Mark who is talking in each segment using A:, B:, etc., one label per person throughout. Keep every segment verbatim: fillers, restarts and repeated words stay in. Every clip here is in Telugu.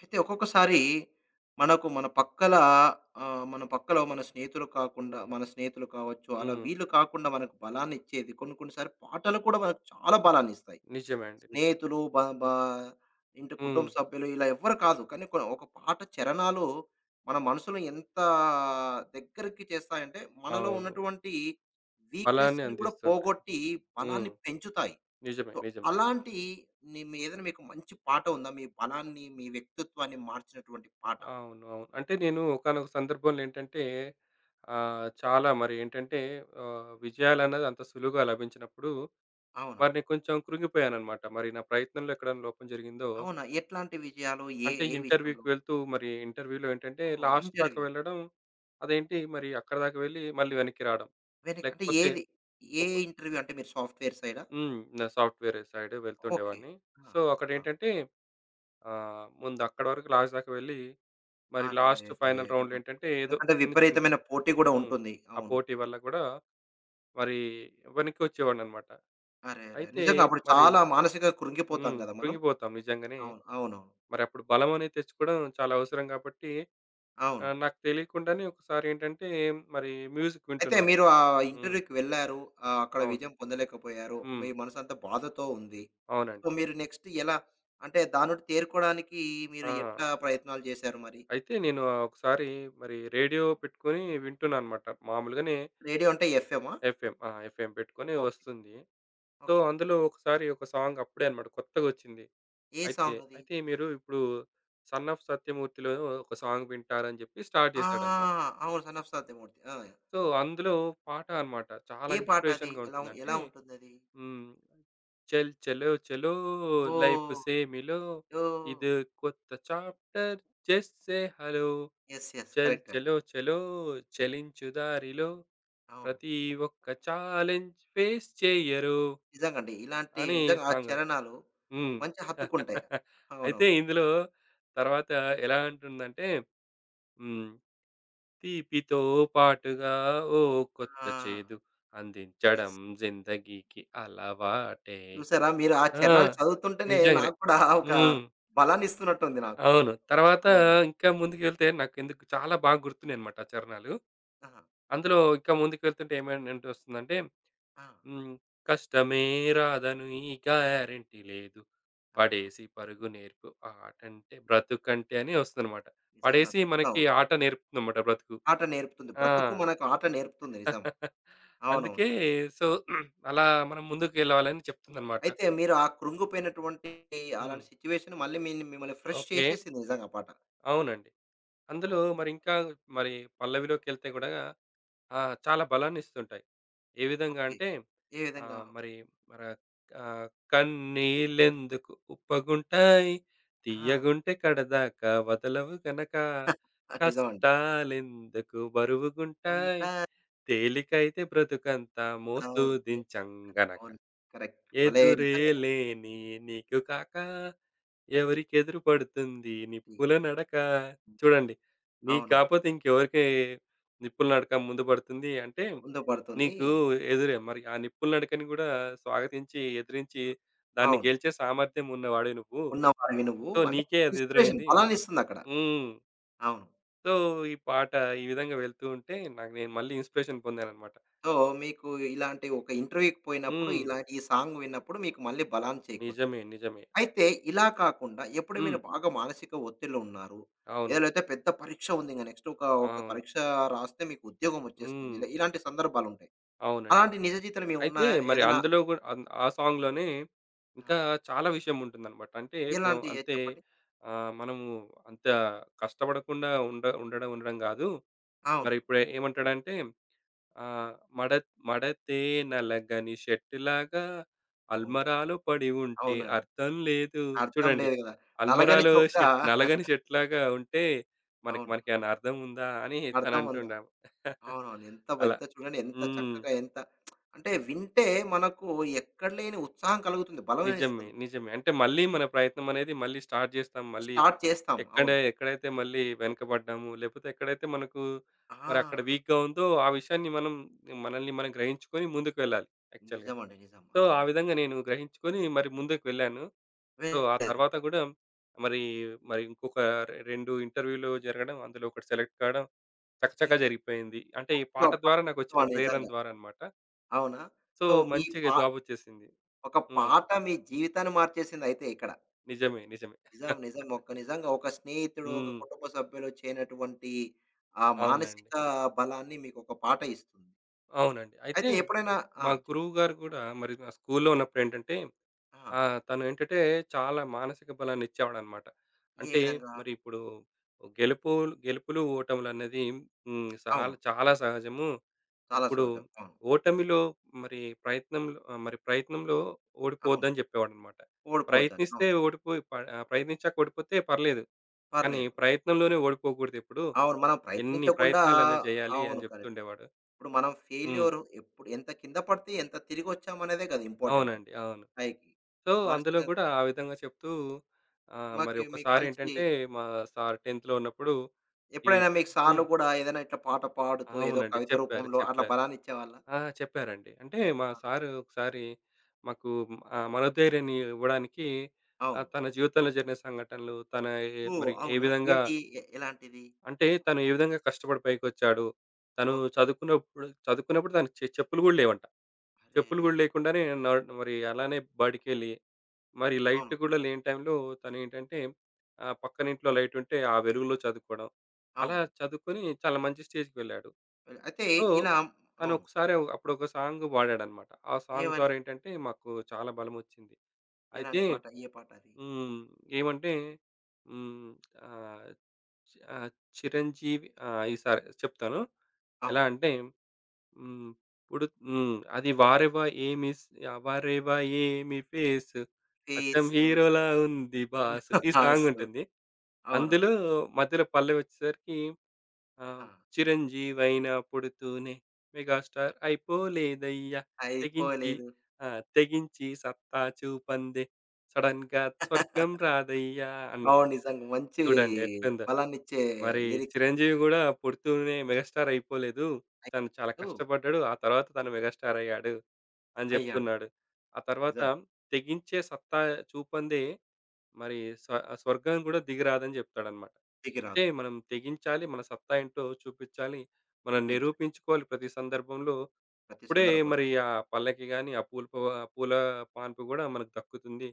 A: అయితే ఒక్కొక్కసారి మనకు మన పక్కల ఆహ్, మన పక్కలో మన స్నేహితులు కాకుండా, మన స్నేహితులు కావచ్చు, అలా
B: హ్మ్.
A: వీళ్ళు కాకుండా మనకు బలాన్ని ఇచ్చేది కొన్ని కొన్ని సార్లు పాటలు కూడా మనకు చాలా బలాన్నిస్తాయి.
B: నిజమే అండి. నిజమే.
A: స్నేహితులు బ బా ఇంటి
B: హ్మ్.
A: కుటుంబ సభ్యులు ఇలా ఎవ్వరు కాదు. కానీ కొ ఒక పాట చరణాలు మన మనసులో ఎంత దగ్గరికి చేస్తాయంటే, మనలో
B: అవును.
A: ఉన్నటువంటి
B: బలాన్ని
A: వీక్‌నెస్‌ని కూడా
B: అందిస్తుంటాయి.
A: పోగొట్టి బలాన్ని
B: హ్మ్.
A: పెంచుతాయి.
B: నిజమే.
A: సో,
B: నిజమే.
A: అలాంటి ని మీ ఏదైనా మీకు మంచి పాట ఉందా? మీ బలాన్ని, మీ వ్యక్తిత్వాన్ని మార్చినటువంటి పాట?
B: అవును. అవును. అంటే నేను ఒకానొక సందర్భంలో ఏంటంటే ఆహ్, చాలా మరి ఏంటంటే ఆహ్, విజయాలన్నది అంత సులువుగా లభించినప్పుడు మరి
A: అవునండి.
B: నేను కొంచెం కృంగిపోయానన్నమాట. మరి నా ప్రయత్నంలో ఎక్కడైనా లోపం జరిగిందో
A: అవునా? ఎట్లాంటి విజయాలు? ఏ
B: అంటే
A: ఏ
B: ఇంటర్వ్యూకి
A: విషయంలో?
B: వెళ్తూ మరి ఇంటర్వ్యూలో ఏంటంటే
A: ఓహ్!
B: లాస్ట్ దాకా
A: ఇంటర్వ్యూ.
B: వెళ్ళడం అదేంటి మరి అక్కడి దాకా వెళ్ళి మళ్ళీ వెనక్కి రావడం.
A: వెనక అంటే
B: లేకపోతే
A: ఏది? ఏ
B: ఒక్
A: ఇంటర్వ్యూ అంటే మీరు సాఫ్ట్‌వేర్ సైడా?
B: హ్మ్. నా సాఫ్ట్‌వేర్ సైడ్
A: ఓకే.
B: వెళ్తుండేవాడిని.
A: ఆ!
B: సో,
A: ఆ!
B: అక్కడేంటంటే ఆహ్, ముందు అక్కడి వరకు లాస్ట్ దాకా వెళ్ళి, మరి లాస్ట్
A: అరెరెరే!
B: ఫైనల్ రౌండ్‌లో
A: నిజం.
B: ఏంటంటే ఏదో
A: ఎందుకంటే
B: చిన్న చిన్న
A: విపరీతమైన పోటీ గూడా
B: హ్మ్.
A: ఉంటుంది.
B: ఆ
A: అవును.
B: పోటీ వల్ల కూడా మరి వెనక్కొచ్చేవాడినన్నమాట.
A: అరెరే!
B: అయితే
A: నిజంగా అప్పుడు
B: మరి
A: చాలా మానసికంగా కృంగిపోతాం
B: హ్మ్.
A: గదా మనం.
B: కృంగిపోతాం నిజంగానే.
A: అవును. అవునవును.
B: మరి అప్పుడు బలం అనేది తెచ్చుకోవడం చాలా అవసరం కాబట్టి
A: అవును.
B: ఆహ్, నాకు తెలియకుండానే ఒకసారి ఏంటంటే మరి మ్యూజిక్
A: అయితే
B: వింటున్నాను.
A: మీరు ఆ
B: హ్మ్.
A: ఇంటర్వ్యూకి వెళ్లారు. ఆహ్, అక్కడ
B: అవును.
A: విజయం పొందలేకపోయారు.
B: హ్మ్.
A: మీ మనసంతా బాధతో ఉంది. సో,
B: అవునండి.
A: మీరు నెక్స్ట్ ఎలా అంటే దాని నుండి తేరుకోవడానికి మీరు
B: ఆ!
A: ఎట్లా ప్రయత్నాలు చేశారు మరి?
B: అయితే నేను ఆహ్, ఒకసారి మరి రేడియో పెట్టుకొని వింటున్నాననమాట. మామూలుగానే
A: రేడియో అంటే ఎఫ్ఎమా?
B: ఎఫ్ఎం. ఆ! ఎఫ్ఎం పెట్టుకొని
A: ఓకే.
B: వస్తుంది. So,
A: okay.
B: అందులో ఒకసారి ఒక సాంగ్ అప్పుడే అనమాట కొత్తగొచ్చింది.
A: ఏ
B: అయితే,
A: సాంగ్ అది?
B: అయితే మీరు ఇప్పుడు 'సన్ ఆఫ్ సత్యమూర్తి'లో ఒక సాంగ్ వింటారని చెప్పి స్టార్ట్
A: ఆ!
B: చేశాడనమాట.
A: అవును. 'Son of Satyamurthy'. ఆ!
B: సో, అందులో పాట అనమాట. చాలా
A: ఏ పాట అది?
B: ఇన్స్‌పిరేషన్‌గా
A: ఎలా
B: ఉంటుంది.
A: ఉం- ఎలా
B: అంటే
A: ఉంటుందది?
B: హ్మ్. చల్ చలో చలో లైఫ్
A: ఓహ్!
B: సేమిలో
A: ఓహ్!
B: ఇదో కొత్త chapter just say hello.
A: Yes. Yes.
B: చల్
A: కరెక్ట్ అండి.
B: చలో చలో చలించు దారిలో
A: అవును.
B: ప్రతి ఒక్క ఛాలెంజ్ ఫేస్ చెయ్యరు
A: నిజంగండి. ఇలాంటి
B: అని
A: నిజంగా ఆ
B: సాంగ్.
A: చరణాలు
B: హ్మ్.
A: మంచిగా హత్తుకుంటాయి.
B: అయితే
A: అవునవును.
B: ఇందులో తర్వాత ఎలా అంటుందంటే హ్మ్. తీపితో పాటుగా ఓ కొత్త
A: ఆ!
B: చేదు అందించడం
A: యెస్.
B: జిందగీకి అలవాటే.
A: చూసారా? మీరు ఆ
B: ఆ!
A: చరణాలు చదువుతుంటేనే
B: నిజంగానే.
A: నాకు కూడా ఒక
B: హ్మ్.
A: బలాన్నిస్తున్నట్టుంది నాకు.
B: అవును. తర్వాత
A: అవును.
B: ఇంకా ముందుకెళ్తే నాకెందుకు చాలా బాగా గుర్తున్నాయన్నమాట ఆ చరణాలు.
A: ఆహా!
B: అందులో ఇంకా ముందుకెళ్తుంటే ఏమైందంటే వస్తుందంటే,
A: ఆ!
B: హ్మ్. కష్టమే రాదను ఈ గ్యారంటీ లేదు.
A: ఆ!
B: పడేసి పరుగు నేర్పు ఆటంటే బ్రతుకంటే అని వస్తుందన్నమాట.
A: నిజంగా
B: పడేసి
A: అద్భుతం.
B: మనకి ఆట నేర్పుతుందన్నమాట బ్రతుకు.
A: ఆట నేర్పుతుంది.
B: ఆ!
A: బ్రతుకు మనకు ఆట నేర్పుతుంది. నిజం. అవునవును.
B: అందుకే సో, అలా మనం ముందుకెళ్ళాలని చెప్తుందన్నమాట.
A: అయితే మీరు ఆ కృంగిపోయినటువంటి
B: హ్మ్.
A: అలాంటి సిట్యుయేషన్ మళ్ళీ మీ మిమ్మల్ని ఫ్రెష్
B: ఓకే.
A: చేసేసింది నిజంగా ఆ పాట.
B: అవునండి. అందులో
A: అవును.
B: మరి ఇంకా మరి పల్లవిలోకెళ్తే గూడా ఆ! చాలా బలాన్ని ఇస్తుంటాయి. ఏ విధంగా
A: ఓకే.
B: అంటే
A: ఏ విధంగా?
B: ఆహ్, మరి మర ఆహ్, కన్నీళ్ళెందుకు ఉప్పగుంటాయి,
A: ఆ!
B: తియ్యగుంటే కడదాకా వదలవు గనక,
A: నిజమండి.
B: కష్టాలెందుకు బరువుగుంటాయి,
A: ఉంటాంతా
B: తేలికైతే బ్రతుకంతా మోస్తూ దించం గనక,
A: అవును. కరెక్ట్. భలే
B: ఎదురే
A: నిజంగా.
B: లేని నీకు కాక ఎవరికెదురు పడుతుంది
A: హ్మ్.
B: నిప్పుల నడక. చూడండి నీకు
A: అవును.
B: కాపోతే ఇంకెవరికి నిప్పుల నడక ముందు పడుతుంది అంటే,
A: ముందు పడుతుంది.
B: నీకు ఎదురే మరి ఆ నిప్పుల నడకని గూడా స్వాగతించి, ఎదిరించి దాన్ని
A: అవును.
B: గెలిచే సామర్థ్యం ఉన్నవాడివి నువ్వు.
A: ఉన్నవాడివి నువ్వు.
B: సో,
A: అంటే
B: నీకే అది
A: ఇన్‌స్పిరేషన్
B: ఎదురైంది.
A: బలాన్నిస్తుందక్కడ.
B: హ్మ్.
A: అవును.
B: సో, ఈ పాట ఈ విధంగా వెళ్తూ ఉంటే నాకు నేను మళ్ళీ ఇన్‌స్పిరేషన్ పొందానన్నమాట.
A: సో, మీకు ఇలాంటి ఒక ఇంటర్వ్యూకి పోయినప్పుడు
B: హ్మ్.
A: ఇలాంటి ఈ సాంగ్ విన్నప్పుడు మీకు మళ్ళీ బలాన్ని చేకూర్చింది.
B: నిజమే. నిజమే.
A: అయితే ఇలా కాకుండా ఎప్పుడు
B: హ్మ్.
A: మీరు బాగా మానసిక ఒత్తిడిలో ఉన్నారు.
B: అవును.
A: ఏదైతే పెద్ద పరీక్ష ఉంది. ఇంక నెక్స్ట్ ఒక ఒక
B: అవును.
A: పరీక్ష రాస్తే మీకు ఉద్యోగం వచ్చేస్తుంది.
B: హ్మ్.
A: ఇలా ఇలాంటి సందర్భాలుంటాయి.
B: అవునండి.
A: అలాంటి నిజ జీవితంలో మీవి
B: అయితే
A: ఉన్నాయా?
B: మరి
A: ఏదైనా
B: అందులో గూడా అన్ ఆ సాంగ్‌లోనే
A: ఆ!
B: ఇంకా చాలా విషయం ఉంటుందనమాట. అంటే మనం
A: ఎలాంటియి ఏది
B: అంతే
A: చెప్పండి?
B: ఆహ్, మనము అంత కష్టపడకుండా ఉండ ఉండడం ఉండడం గాదు.
A: అవును.
B: మరి ఇప్పుడు ఏమంటాడంటే ఆహ్, మడ మడతే నలగని షర్టులాగా
A: ఓహ్!
B: అల్మరాలో పడి ఉంటే
A: అవునండి.
B: అర్థం లేదు.
A: అర్థం
B: చూడండి
A: లేదు గదా! నలగని
B: అల్మరాలో
A: చొక్కా
B: షర్ట్ నలగని షర్ట్‌లాగా ఉంటే మనకి
A: అవును.
B: మనకేమన్నా అర్థం ఉందా అని తను
A: అర్థం ఉందా?
B: అంటుండామె.
A: అవునవును. ఎంత బ
B: అలా.
A: ఎంత చూడండి ఎంత
B: హ్మ్.
A: చక్కగా ఎంత అంటే వింటే మనకు ఎక్కడ లేని ఉత్సాహం కలుగుతుంది. బలం
B: నిజమే.
A: ఇస్తుంది.
B: నిజమే. అంటే మళ్ళీ మన ప్రయత్నం అనేది మళ్ళీ స్టార్ట్ జేస్తాం. మళ్ళీ
A: స్టార్ట్ చేస్తాం.
B: ఎక్కడ
A: అవును.
B: ఎక్కడైతే మళ్ళీ వెనకబడ్డాము, లేపోతే ఎక్కడైతే మనకు
A: ఆ!
B: మరి అక్కడ వీక్‌గా ఉందో ఆ విషయాన్ని మనం మనల్ని మనం గ్రహించుకొని ముందుకు వెళ్ళాలి యాక్చువల్‌గా.
A: నిజమండి. నిజం.
B: సో, ఆ
A: అవునండి.
B: విధంగా నేను గ్రహించుకొని మరి ముందుకు వెళ్ళాను. సో, ఆ
A: వెళ్ళారు.
B: తర్వాత గూడా మరి, మరి ఇంకొక రె రెండు ఇంటర్వ్యూలు జరగడం, అందులో ఒకటి సెలెక్ట్ కావడం
A: ఓకే.
B: చకచకా జరిగిపోయింది. అంటే ఈ
A: ఓకే.
B: పాట
A: అబ్బా!
B: ద్వారా
A: అబ్బా,
B: నాకొచ్చిన ప్రేరణ
A: నిజంగా.
B: ద్వారా అన్నమాట.
A: అవునా?
B: సో,
A: సో, మీ
B: మంచిగా
A: పా
B: జాబొచ్చేసింది.
A: ఒక
B: హ్మ్.
A: పాట మీ జీవితాన్ని మార్చేసిందయితే ఇక్కడ.
B: నిజమే. నిజమే.
A: నిజం. నిజం. ఒక నిజంగా ఒక స్నేహితుడు, ఒక
B: హ్మ్.
A: కుటుంబ సభ్యులు చేయనటువంటి ఆ
B: అవునండి.
A: మానసిక బలాన్ని మీకొక పాట ఇస్తుంది.
B: అవునండి. అయితే
A: అయితే ఎప్పుడైనా ఆ!
B: మా
A: చెప్
B: గురువుగారు గూడా మరి నా స్కూల్‌లో ఉన్నప్పుడేంటంటే
A: ఆ!
B: ఆహ్, తను ఏంటంటే చాలా మానసిక బలాన్ని ఇచ్చేవాడనమాట.
A: ఏ
B: అంటే
A: విధంగా?
B: మరి ఇప్పుడు గెలుపు గెలుపులు, ఓటములనేది హ్మ్. సాల్
A: అవును.
B: చాలా చాలా సహజము.
A: చాలా
B: ఇప్పుడు
A: సహజం. అవును.
B: ఓటమిలో మరి ప్రయత్నంలో ఆహ్, మరి ప్రయత్నంలో
A: అవును.
B: ఓడిపోవద్దని జెప్పేవాడనమాట.
A: ఓడిపోవద్దని.
B: ప్రయత్నిస్తే
A: అవును.
B: ఓడిపోయి ప ఆహ్, ప్రయత్నించాక ఓడిపోతే పర్లేదు. కానీ
A: పర్లేదు.
B: ప్రయత్నంలోనే ఓడిపోకూడదెప్పుడు.
A: అవును. మనం
B: ఎన్ని
A: ప్రయత్నించకుండా
B: ప్రయత్నాలైనా జేయాలి అని
A: అవును. కరెక్టే.
B: జెప్తుండేవాడు.
A: ఇప్పుడు మనం
B: హ్మ్.
A: ఫెయిల్యూర్ ఎప్పుడు ఎంత కింద పడితే ఎంత తిరిగొచ్చామనేదే కదా ఇంపార్టెంట్
B: అవునండి. అవును.
A: పైకి.
B: సో,
A: మానసిక
B: అందులో గూడా ఆ విధంగా చెప్తూ ఆహ్, మరి
A: మాకు మీకు మంచి
B: ఒక్కసారేంటంటే మా సార్ 10థ్‌లో ఉన్నప్పుడు ఈ
A: ఎప్పుడైనా మీకు సార్లు
B: హ్మ్.
A: కూడా ఏదైనా ఇట్లా పాట పాడుతూ ఏదో
B: అవునండి.
A: కవిత
B: చెప్పారు.
A: రూపంలో అట్లా
B: చెప్పారు.
A: బలాన్ని ఇచ్చేవాళ్ళా?
B: ఆ! చెప్పారండి. అంటే మా
A: ఆ!
B: సారు ఒకసారి మాకు ఆహ్, మనోధైర్యాన్ని ఇవ్వడానికి
A: అవును.
B: ఆహ్, తన జీవితంలో జరిగిన సంఘటనలు, తన ఏ
A: ఓహ్!
B: మరి ఏ
A: అవునా?
B: విధంగా
A: ఏంటి? ఎ ఎలాంటిది?
B: అంటే తను ఏ విధంగా కష్టపడి పైకొచ్చాడు. తను
A: ఓకే.
B: చదువుకున్నప్పుడు చదువుకున్నప్పుడు తనకి చె చెప్పులు గూడా లేవంట. చెప్పులు గూడా
A: అరెరెరే!
B: లేకుండానే నా మరి అలానే బడికెళ్ళి, మరి లైట్
A: అవును.
B: గూడా లేని టైంలో తనేంటంటే ఆహ్, పక్కనింట్లో లైటుంటే ఆ వెలుగులో చదువుకోవడం. అలా
A: అవును.
B: చదువుకొని చాలా మంచి స్టేజ్‌కి వెళ్ళాడు.
A: అయితే
B: సో,
A: ఇలా అవును.
B: తనొకసారి అప్పుడొక సాంగ్ వాడాడనమాట. ఆ సాంగ్
A: ఏమని?
B: ద్వారా ఏంటంటే మాకు చాలా బలమొచ్చింది. అయితే
A: ఎలాంటి పాట? ఏ పాట అది?
B: హ్మ్. ఏమంటే హ్మ్. ఆహ్, ఆహ్, 'చిరంజీవి' ఆహ్, ఈసారి చెప్తాను. ఎలా
A: అవును.
B: అంటే హ్మ్. ఇప్పుడు హ్మ్. అది 'వారెవ్వ ఏమిస్ ఆ! 'వారెవ్వ ఏమి ఫేస్ అచ్చం
A: ఫేసు,
B: హీరోలా ఉంది బాసు' ఈ సాంగ్
A: రాసు.
B: ఉంటుంది. అందులో
A: అవునవును.
B: మధ్యలో పల్లవి వచ్చేసరికి ఆహ్,
A: ఆహా!
B: 'చిరంజీవైన పుడుతూనే మెగాస్టార్ అయిపోలేదయ్యా తెగించి
A: అయిపోలేదు.
B: ఆ! తెగించి సత్తా చూపందే సడెన్‌గా స్వర్గం రాదయ్యా' అన్నట్టు.
A: అవును. నిజంగా. మంచి
B: చూడండి ఎట్లుందో.
A: బలాన్నిచ్చే
B: మరి
A: లిరిక్స్ అవి.
B: చిరంజీవి గూడా పుడుతూనే మెగాస్టార్ అయిపోలేదు. తను చాలా
A: అయిపోలేదు
B: కష్టపడ్డాడు. ఆ తర్వాత తను మెగాస్టార్ అయ్యాడు అని
A: అయ్యాడు.
B: జెప్తున్నాడు. ఆ తర్వాత
A: నిజం.
B: తెగించే సత్తా చూపందే మరి స్వ స్వర్గం గూడా దిగిరాదని జెప్తాడన్నమాట.
A: తిరిగి
B: అంటే
A: రాదు.
B: మనం తెగించాలి. మన సత్తా ఏంటో చూపిచ్చాలి. మనం
A: చూపించారు
B: నిరూపించుకోవాలి ప్రతి సందర్భంలో.
A: ప్రతి
B: అప్పుడే
A: సందర్భంలో.
B: మరి ఆ పల్లకి గాని, ఆ పూల ప పూల పాన్పు గూడా మనకు దక్కుతుంది.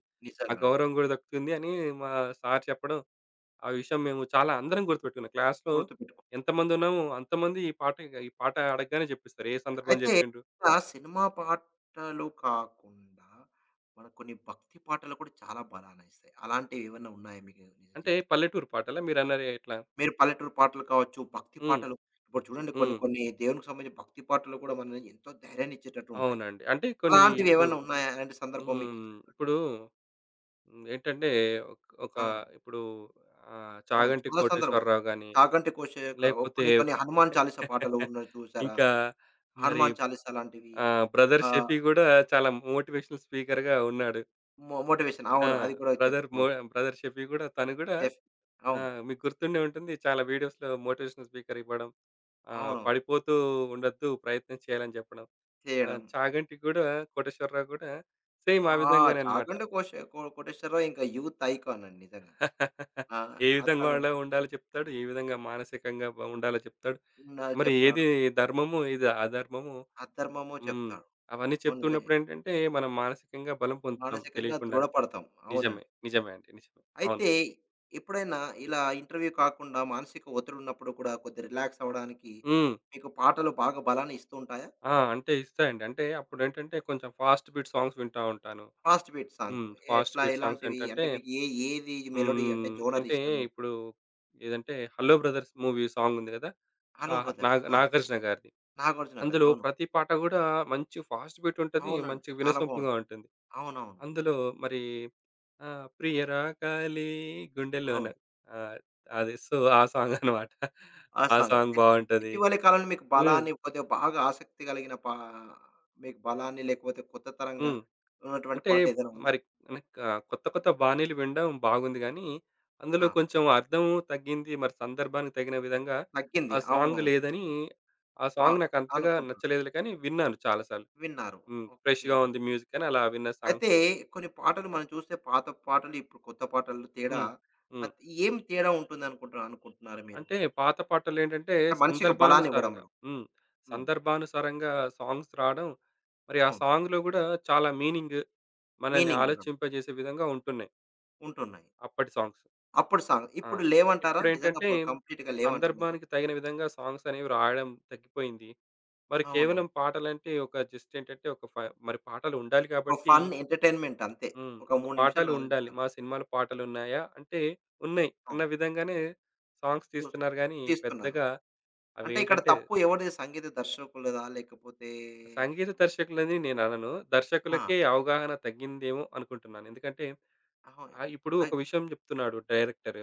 B: ఆ
A: నిజంగా అండి.
B: గౌరవం గూడా దక్కుతుంది అని మా సార్ చెప్పడం ఆ విషయం మేము చాలా అందరం గుర్తుపెట్టుకున్నాం. క్లాస్‌లో
A: గుర్తుపెట్టుకుంటే.
B: ఎంతమంది ఉన్నామో అంతమంది ఈ పాట ఈ పాట అడగగానే జెప్పేస్తారు. ఏ సందర్భం
A: అయితే
B: జెప్పిండ్రు?
A: ఇలా సినిమా పాటలు కాకుండా మనకు కొన్ని భక్తి పాటలు కూడా చాలా బలాన్నిస్తాయి. అలాంటివి ఏమన్నా ఉన్నాయా మీకు నిజ
B: అంటే
A: జీవితం
B: పల్లెటూరు పాటలా మీరన్నది ఎట్లా?
A: మీరు పల్లెటూరు పాటలు కావచ్చు, భక్తి
B: హ్మ్.
A: పాటలు ఇప్పుడు చూడండి కొన్ని
B: హ్మ్.
A: కొన్ని దేవునికి సంబంధించిన భక్తి పాటలు కూడా మనల్ని ఎంతో ధైర్యాన్ని ఇచ్చేటట్టు ఉంటాయి.
B: అవునండి. అంటే కొన్ని
A: అలాంటివి
B: ఇప్పుడు
A: ఏవన్నా ఉన్నాయా? అలాంటి సందర్భం మీకు?
B: హ్మ్. ఇప్పుడు హ్మ్. ఏంటంటే ఒక్ ఒక
A: అవును.
B: ఇప్పుడు ఆహ్,
A: అవును.
B: 'చాగంటి
A: చాలా సందర్భం.
B: కోటేశ్వరరావు' గాని,
A: 'చాగంటి కోషిక'
B: లేకపోతే
A: కొన్ని కొన్ని 'హనుమాన్ చాలీసా' పాటలు ఉన్నవి చూసారా?
B: ఇంకా మరి
A: 'హనుమాన్ చాలీసా' లాంటివి
B: ఆహ్, బ్రదర్
A: ఆహ్,
B: షఫీ గూడా చాలా మోటివేషనల్ స్పీకర్‌గా ఉన్నాడు.
A: మో మోటివేషన్
B: ఆ!
A: అవును. అది కూడా
B: బ్రదర్ మో
A: చెప్పుకోవచ్చు.
B: బ్రదర్ షఫీ గూడా తను గూడా
A: ఎస్.
B: ఆ!
A: అవును.
B: మీకు గుర్తుండే ఉంటుంది. చాలా వీడియోస్‌లో మోటివేషనల్ స్పీకర్ ఇవ్వడం. ఆహ్,
A: అవునవును.
B: పడిపోతూ ఉండొద్దు ప్రయత్నం చేయాలని చెప్పడం. ఆ!
A: చేయడం.
B: చాగంటి గూడా కోటేశ్వరరావు గూడా సేమ్
A: ఆ!
B: ఆ విధంగానే అన్నమాట.
A: 'చాగంటి కోష కో కోటేశ్వరరావు' ఇంకా యూత్ ఐకాన్ అండి నిజంగా. ఆ!
B: ఏ విధంగా
A: అతను
B: ఉండ ఉండాలో చెప్తాడు. ఏ విధంగా మానసికంగా బ ఉండాలో చెప్తాడు.
A: నా
B: మరి ఏది
A: చెప్తాడు.
B: ధర్మము, ఏది అధర్మము
A: అధర్మము
B: హ్మ్.
A: చెప్తాడు.
B: అవన్నీ
A: అవును. నిజమే.
B: చెప్తున్నప్పుడు ఏంటంటే, మనం మానసికంగా బలం పొందుతాం
A: మానసికంగా
B: తెలియకుండానే.
A: దృఢపడతాం.
B: నిజమే.
A: అవునండి.
B: నిజమే అండి. నిజమే. అవును.
A: అయితే ఎప్పుడైనా ఇలా ఇంటర్వ్యూ కాకుండా మానసిక ఒత్తిడి ఉన్నప్పుడు కూడా కొద్దిగా రిలాక్స్ అవ్వడానికి
B: హ్మ్.
A: మీకు పాటలు బాగా బలాన్ని ఇస్తూ ఉంటాయా?
B: ఆ! అంటే ఇస్తాయండి. అంటే అప్పుడేంటంటే కొంచెం ఫాస్ట్ బీట్ సాంగ్స్ వింటా ఉంటాను.
A: Fast beat song
B: hmm. Fast
A: ఎట్లా
B: బీట్ సాంగ్స్
A: ఎలాంటివి
B: ఏంటంటే
A: అంటే మీకు ఏ ఏది మెలోడీ అంటే
B: హ్మ్.
A: జోనర్
B: అంటే
A: ఇష్టం మీకు?
B: ఇప్పుడు ఏదంటే 'హలో బ్రదర్స్' మూవీ సాంగ్ ఉంది కదా!
A: 'హలో
B: ఆహ్,
A: బ్రదర్స్'
B: నాగ
A: ఆ!
B: నాగార్జున గారిది.
A: 'నాగార్జున గారు'
B: అందులో
A: అవును.
B: ప్రతి పాట గూడా మంచి ఫాస్ట్ బీట్ ఉంటది.
A: అవునండి.
B: మంచి
A: చాలా
B: వినసొంపుగా
A: బావుంటుంది.
B: ఉంటుంది.
A: అవునవును.
B: అందులో మరి ఆహ్, 'ప్రియరాగాలే గుండెలోన'
A: అవును.
B: ఆహ్, అది సో, ఆ సాంగ్ అన్నమాట.
A: ఆ
B: ఆ
A: సాంగ్.
B: సాంగ్
A: అయితే
B: బావుంటది.
A: ఇటీవలి కాలంలో మీకు
B: హ్మ్.
A: బలాన్ని కొద్దిగా బాగా ఆసక్తి కలిగిన పా మీకు బలాన్ని లేకపోతే కొత్త తరంగా
B: హ్మ్.
A: ఉన్నటువంటి
B: అంటే
A: పాట ఏదైనా ఉందా?
B: మరి మనకు ఆహ్, కొత్త కొత్త బాణీలు వినడం బాగుంది గానీ,
A: ఆ!
B: అందులో కొంచెం అర్థం తగ్గింది. మరి సందర్భానికి తగిన విధంగా
A: తగ్గింది.
B: ఆ సాంగ్
A: అవునవును.
B: లేదని, ఆ
A: ఆ!
B: సాంగ్ నాకంతగా
A: అనుకుంటున్నా.
B: నచ్చలేదులే కానీ విన్నాను చాలా సార్లు.
A: విన్నారు.
B: హ్మ్.
A: ఓకే.
B: ఫ్రెష్‌గా ఉంది మ్యూజిక్ అని అలా విన్న సాంగ్స్
A: అయితే
B: ఉన్నాయి.
A: కొన్ని పాటలు మనం చూస్తే పాత పాటలు, ఇప్పుడు కొత్త పాటలు తేడా
B: హ్మ్. హ్మ్.
A: అత్ ఏం తేడా ఉంటుందనుకుంటున్నారు అనుకుంటున్నారు అనుకుంటున్నారు మీరు?
B: అంటే పాత పాటలేంటంటే
A: అంటే మనిషికి
B: సందర్భానుసారంగా
A: బలాన్నివ్వడంలో.
B: హ్మ్.
A: హ్మ్.
B: సందర్భానుసారంగా సాంగ్స్ రావడం, మరి ఆ
A: అవును.
B: సాంగ్‌లో గూడా చాలా మీనింగ్ మనల్ని
A: మీనింగ్ ఉండడం.
B: ఆలోచింపజేసే విధంగా ఉంటున్నాయి
A: ఉంటున్నాయి.
B: అప్పటి సాంగ్స్.
A: అప్పుడు సాంగ్.
B: ఆ!
A: ఇప్పుడు లేవంటారా? నిజంగా
B: ఇప్పుడేంటంటే
A: ప కంప్లీట్‌గా లేవంటున్నారా?
B: సందర్భానికి తగిన విధంగా సాంగ్స్ అనేవి రాయడం తగ్గిపోయింది. మరి
A: అవునవును.
B: కేవలం పాటలంటే ఒక జస్ట్ ఏంటంటే ఒక ఫ మరి పాటలు ఉండాలి
A: ఒక
B: కాబట్టి
A: ఫన్ ఎంటర్‌టైన్‌మెంట్ అంతే.
B: హ్మ్.
A: ఒక
B: ఒక
A: మూడు నిమిషాలు,
B: పాటలు
A: నాలుగు
B: ఉండాలి.
A: నిమిషాలు.
B: మా సినిమాలో పాటలున్నాయా? అంటే ఉన్నాయి
A: అవును.
B: అన్న విధంగానే సాంగ్స్
A: చూస్
B: తీస్తున్నారు గానీ,
A: తీస్తున్నారు.
B: పెద్దగా
A: అంటే ఇక్కడ
B: అవేంటంటే
A: తప్పు ఎవరిది? సంగీత దర్శకులదా? లేకపోతే
B: సంగీత దర్శకులని నేననను.
A: ఆ!
B: దర్శకులకే అవగాహన తగ్గిందేమో అనుకుంటున్నాను. ఎందుకంటే
A: అవును.
B: ఆహ్, ఇప్పుడు ఒక
A: అయ్
B: విషయం చెప్తున్నాడు డైరెక్టర్.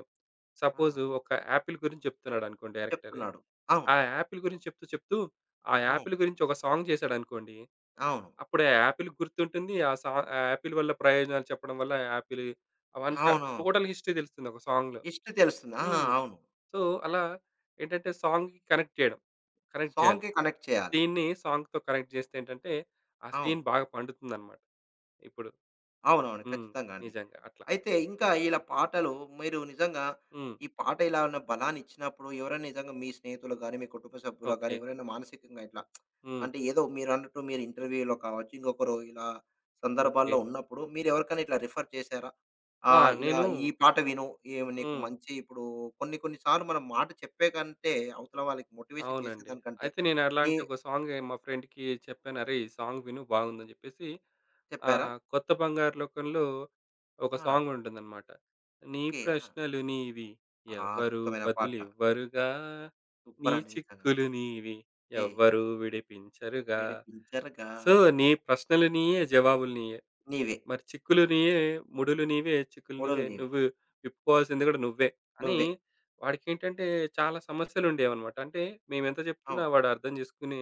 A: ఆ!
B: సపోజ్ ఒక యాపిల్ గురించి చెప్తున్నాడనుకోండి డైరెక్టర్.
A: చెప్తున్నాడు. అవును.
B: ఆ యాపిల్ గురించి చెప్తూ, చెప్తూ ఆ
A: అవును.
B: యాపిల్ గురించి ఒక సాంగ్ చేశాడనుకోండి.
A: అవును.
B: అప్పుడు ఆ యాపిల్ గుర్తుంటుంది. ఆ సా ఆ యాపిల్ వల్ల ప్రయోజనాలు చెప్పడం వల్ల యాపిల్ అవంతా
A: అవునవును.
B: టోటల్ హిస్టరీ తెలుస్తుంది ఒక సాంగ్‌లో.
A: హిస్టరీ తెలుస్తుంది. ఆ!
B: హ్మ్.
A: అవును.
B: సో, అలా ఏంటంటే సాంగ్‌కి కనెక్ట్ చేయడం. కనెక్ట్ చేయాలి.
A: సాంగ్‌కి కనెక్ట్ చేయాలి.
B: సీన్‌ని సాంగ్‌తో కనెక్ట్ చేస్తే ఏంటంటే ఆ
A: అవును.
B: సీన్ బాగా పండుతుందన్నమాట ఇప్పుడు.
A: అవునవును.
B: హ్మ్.
A: ఖచ్చితంగా అండి.
B: నిజంగా అట్లా.
A: అయితే ఇంకా ఇలా పాటలు మీరు నిజంగా
B: హ్మ్.
A: ఈ పాట ఇలా ఉన్న బలాన్నిచ్చినప్పుడు ఎవరైనా నిజంగా మీ స్నేహితులు గాని, మీ కుటుంబ సభ్యులు గాని
B: ఓకే.
A: ఎవరైనా మానసికంగా ఇట్లా
B: హ్మ్.
A: అంటే ఏదో మీరన్నట్టు మీరు ఇంటర్వ్యూలో కావచ్చు, ఇంకొకరు ఇలా
B: ఓకే.
A: సందర్భాల్లో ఉన్నప్పుడు మీరెవరికైనా ఇట్లా రిఫర్ చేశారా?
B: ఆ!
A: ఆహ్, ఇలా
B: నేను
A: ఈ పాట విను. ఏం నీకు
B: హ్మ్.
A: మంచి ఇప్పుడు కొన్ని కొన్ని సార్లు మనం మాట చెప్పే కంటే అవతల వాళ్ళకి మోటివేషన్
B: అవునండి.
A: చేసేదానికంటే
B: అయితే నేను
A: ఏ
B: అలాంటి ఒక సాంగ్ మా ఫ్రెండ్‌కి చెప్పాను. "అరేయ్! ఈ సాంగ్ విను బాగుందని" చెప్పేసి
A: చెప్పారా?
B: ఆహ్, 'కొత్త బంగారు లోకంలో' ఒక
A: ఆ!
B: సాంగ్ ఉంటుందన్నమాట. నీ
A: ఓకే. ఆ!
B: ప్రశ్నలు నీవి
A: ఆ,
B: ఎవ్వరు
A: అద్భుతమైన పాట.
B: బదులివ్వరుగా, నీ
A: సూపరండి నిజంగా.
B: చిక్కులు నీవి
A: వే
B: ఎవ్వరు విడిపించరుగా,
A: విడిపించరుగా
B: సో నీ ప్రశ్నలు నీయే జవాబులు నీయే.
A: నీవే.
B: మరి చిక్కులు నీయే, ముడులు నీవే, చిక్కులు
A: కోడలు
B: నీవే,
A: నీవే.
B: నువ్వు విప్పుకోవాల్సింది కూడా నువ్వే అని
A: నువ్వే.
B: వాడికేంటంటే చాలా సమస్యలుండేవన్నమాట. అంటే మేమెంత చెప్తున్నా
A: అవును.
B: వాడు అర్థం చేసుకునే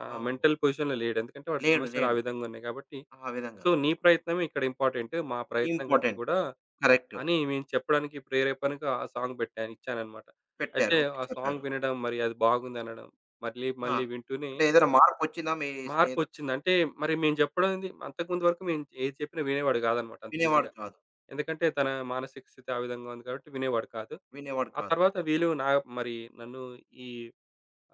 B: ఆహ్,
A: అవును.
B: మెంటల్ పొజిషన్‌లో లేడు. ఎందుకంటే వాడి
A: లేడు.
B: సమస్యలు ఆ
A: లేడు.
B: విధంగా ఉన్నాయి కాబట్టి.
A: ఆ విధంగా.
B: సో, నీ ప్రయత్నమే ఇక్కడ ఇంపార్టెంట్. మా ప్రయత్నం కంటే
A: ఇంపార్టెంట్.
B: కూడా
A: కరెక్ట్.
B: అని మేము చెప్పడానికి ప్రేరేపణగా ఆ సాంగ్ పెట్టాను ఇచ్చానన్నమాట.
A: పెట్టారు.
B: అయితే
A: ఓకే.
B: ఆ సాంగ్
A: చెప్పారు.
B: వినడం మరి అది బాగుందనడం, మళ్ళీ
A: ఆ!
B: మళ్ళీ వింటూనే
A: అంటే ఏదైనా మార్పొచ్చిందా మీ స్నేహితుడు?
B: మార్పొచ్చింది. అంటే మరి మేము చెప్పడంది అంతకుముందు వరకు మేము ఏది చెప్పినా వినేవాడు కాదన్నమాట అంత
A: వినేవాడు
B: ఈజీగా.
A: కాదు.
B: ఎందుకంటే తన మానసిక స్థితి ఆ విధంగా ఉంది కాబట్టి వినేవాడు కాదు.
A: వినేవాడు
B: ఆ
A: కాదు.
B: తర్వాత వీళ్ళు నా మరి నన్ను ఈ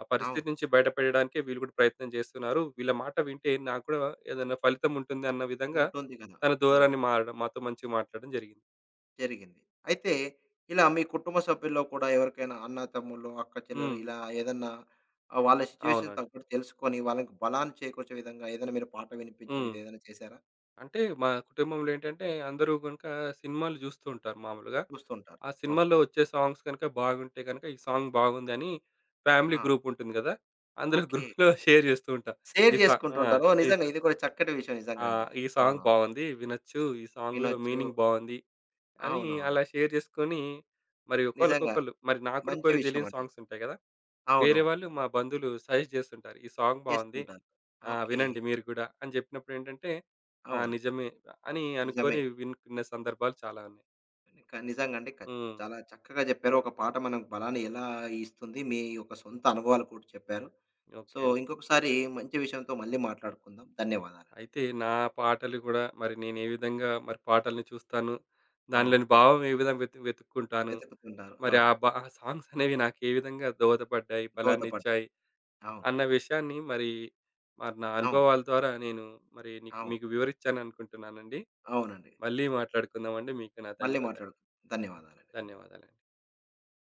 B: ఆ
A: అవును.
B: పరిస్థితి నుంచి బయటపడడానికే వీళ్ళు కూడా ప్రయత్నం చేస్తున్నారు. వీళ్ళ మాట వింటే నాకు కూడా ఏదైనా ఫలితం ఉంటుంది అన్న విధంగా
A: ఉంటుంది కదా!
B: తన
A: అవును.
B: ధోరణి మారడం, మాతో మంచిగా మాట్లాడడం జరిగింది.
A: జరిగింది. అయితే ఇలా మీ కుటుంబ సభ్యుల్లో కూడా ఎవరికైనా అన్న, తమ్ముళ్ళు, అక్క, చెల్లెలు
B: హ్మ్.
A: ఇలా ఏదన్నా ఆహ్, వాళ్ళ సిట్యుయేషన్
B: అవునండి.
A: తగ్గట్టు తెలుసుకొని వాళ్ళకి బలాన్ని చేకూర్చే విధంగా ఏదైనా మీరు పాట వినిపించడం
B: హ్మ్.
A: ఇదేదైనా చేశారా?
B: అంటే మా కుటుంబంలో ఏంటంటే అందరూ గనుక సినిమాలు జూస్తూ ఉంటారు మామూలుగా.
A: చూస్తుంటారు.
B: ఆ
A: అవును.
B: సినిమాల్లో వచ్చే సాంగ్స్ గనుక బాగుంటే గనుక ఈ సాంగ్ బాగుందని ఫ్యామిలీ
A: ఆహా!
B: గ్రూప్ ఉంటుంది గదా! అందులో
A: ఓకే.
B: గ్రూప్‌లో షేర్ జేస్తూ ఉంటాం.
A: షేర్
B: ఈ సా ఆ!
A: చేసుకుంటుంటారు. ఓహ్!
B: ఈ స
A: నిజంగా ఇది కూడా చక్కటి విషయం
B: ఆ!
A: నిజంగండి.
B: ఈ సాంగ్
A: అవునవును.
B: బావుంది. వినొచ్చు. ఈ సాంగ్‌లో
A: వినొచ్చు.
B: మీనింగ్ బావుంది. అని
A: అవునవును.
B: అలా షేర్ చేసుకొని, మరి
A: నిజంగా
B: ఒకళ్ళకొకళ్ళు మరి నాకు కూడా
A: మంచి
B: కొన్ని
A: విషయం
B: తెలియని
A: అండి.
B: సాంగ్స్ ఉంటాయి కదా! వేరే
A: అవునవును.
B: వాళ్ళు మా బంధువులు సజెస్ట్ చేస్తుంటారు. "ఈ సాంగ్ బావుంది.
A: చేస్తుంటారు.
B: ఆ!
A: ఓకే.
B: వినండి మీరు కూడా" అని చెప్పినప్పుడు ఏంటంటే, ఆ!
A: అవును.
B: నిజమే అని
A: నిజమే.
B: అనుకోని వినుకున్న సందర్భాలు చాలా ఉన్నాయి.
A: క నిజంగండి. క
B: హ్మ్.
A: చాలా చక్కగా చెప్పారు. ఒక పాట మనకు బలాన్ని ఎలా ఇస్తుంది. మీ యొక్క సొంత అనుభవాలు కూడా చెప్పారు.
B: ఓకే
A: సో,
B: అండి.
A: ఇంకొకసారి మంచి విషయంతో మళ్ళీ మాట్లాడుకుందాం. ధన్యవాదాలు.
B: అయితే నా పాటలు కూడా మరి నేను ఏ విధంగా మరి పాటల్ని చూస్తాను,
A: అవును.
B: దానిలోని భావం ఏ విధంగా వెతు వెతుక్కుంటాను
A: వెతుకుతుంటారు.
B: మరి
A: అవును.
B: ఆ! బ ఆ సాంగ్స్ అనేవి నాకు ఏ విధంగా దోహదపడ్డాయి,
A: దోహదపడ్డాయి.
B: బలాన్నిచ్చాయి
A: అవును.
B: అన్న విషయాన్ని మరి, మరి నా
A: అవును.
B: అనుభవాల ద్వారా నేను మరి నీకు
A: అవును.
B: మీకు వివరిచ్చాననుకుంటున్నానండి.
A: అవునండి.
B: మళ్ళీ మాట్లాడుకుందామండి. మీకు నా
A: మళ్ళీ
B: ధన్యవాదాలు.
A: మాట్లాడుకుందాం. ధన్యవాదాలండి. ధన్యవాదాలు.
B: ధన్యవాదాలండి.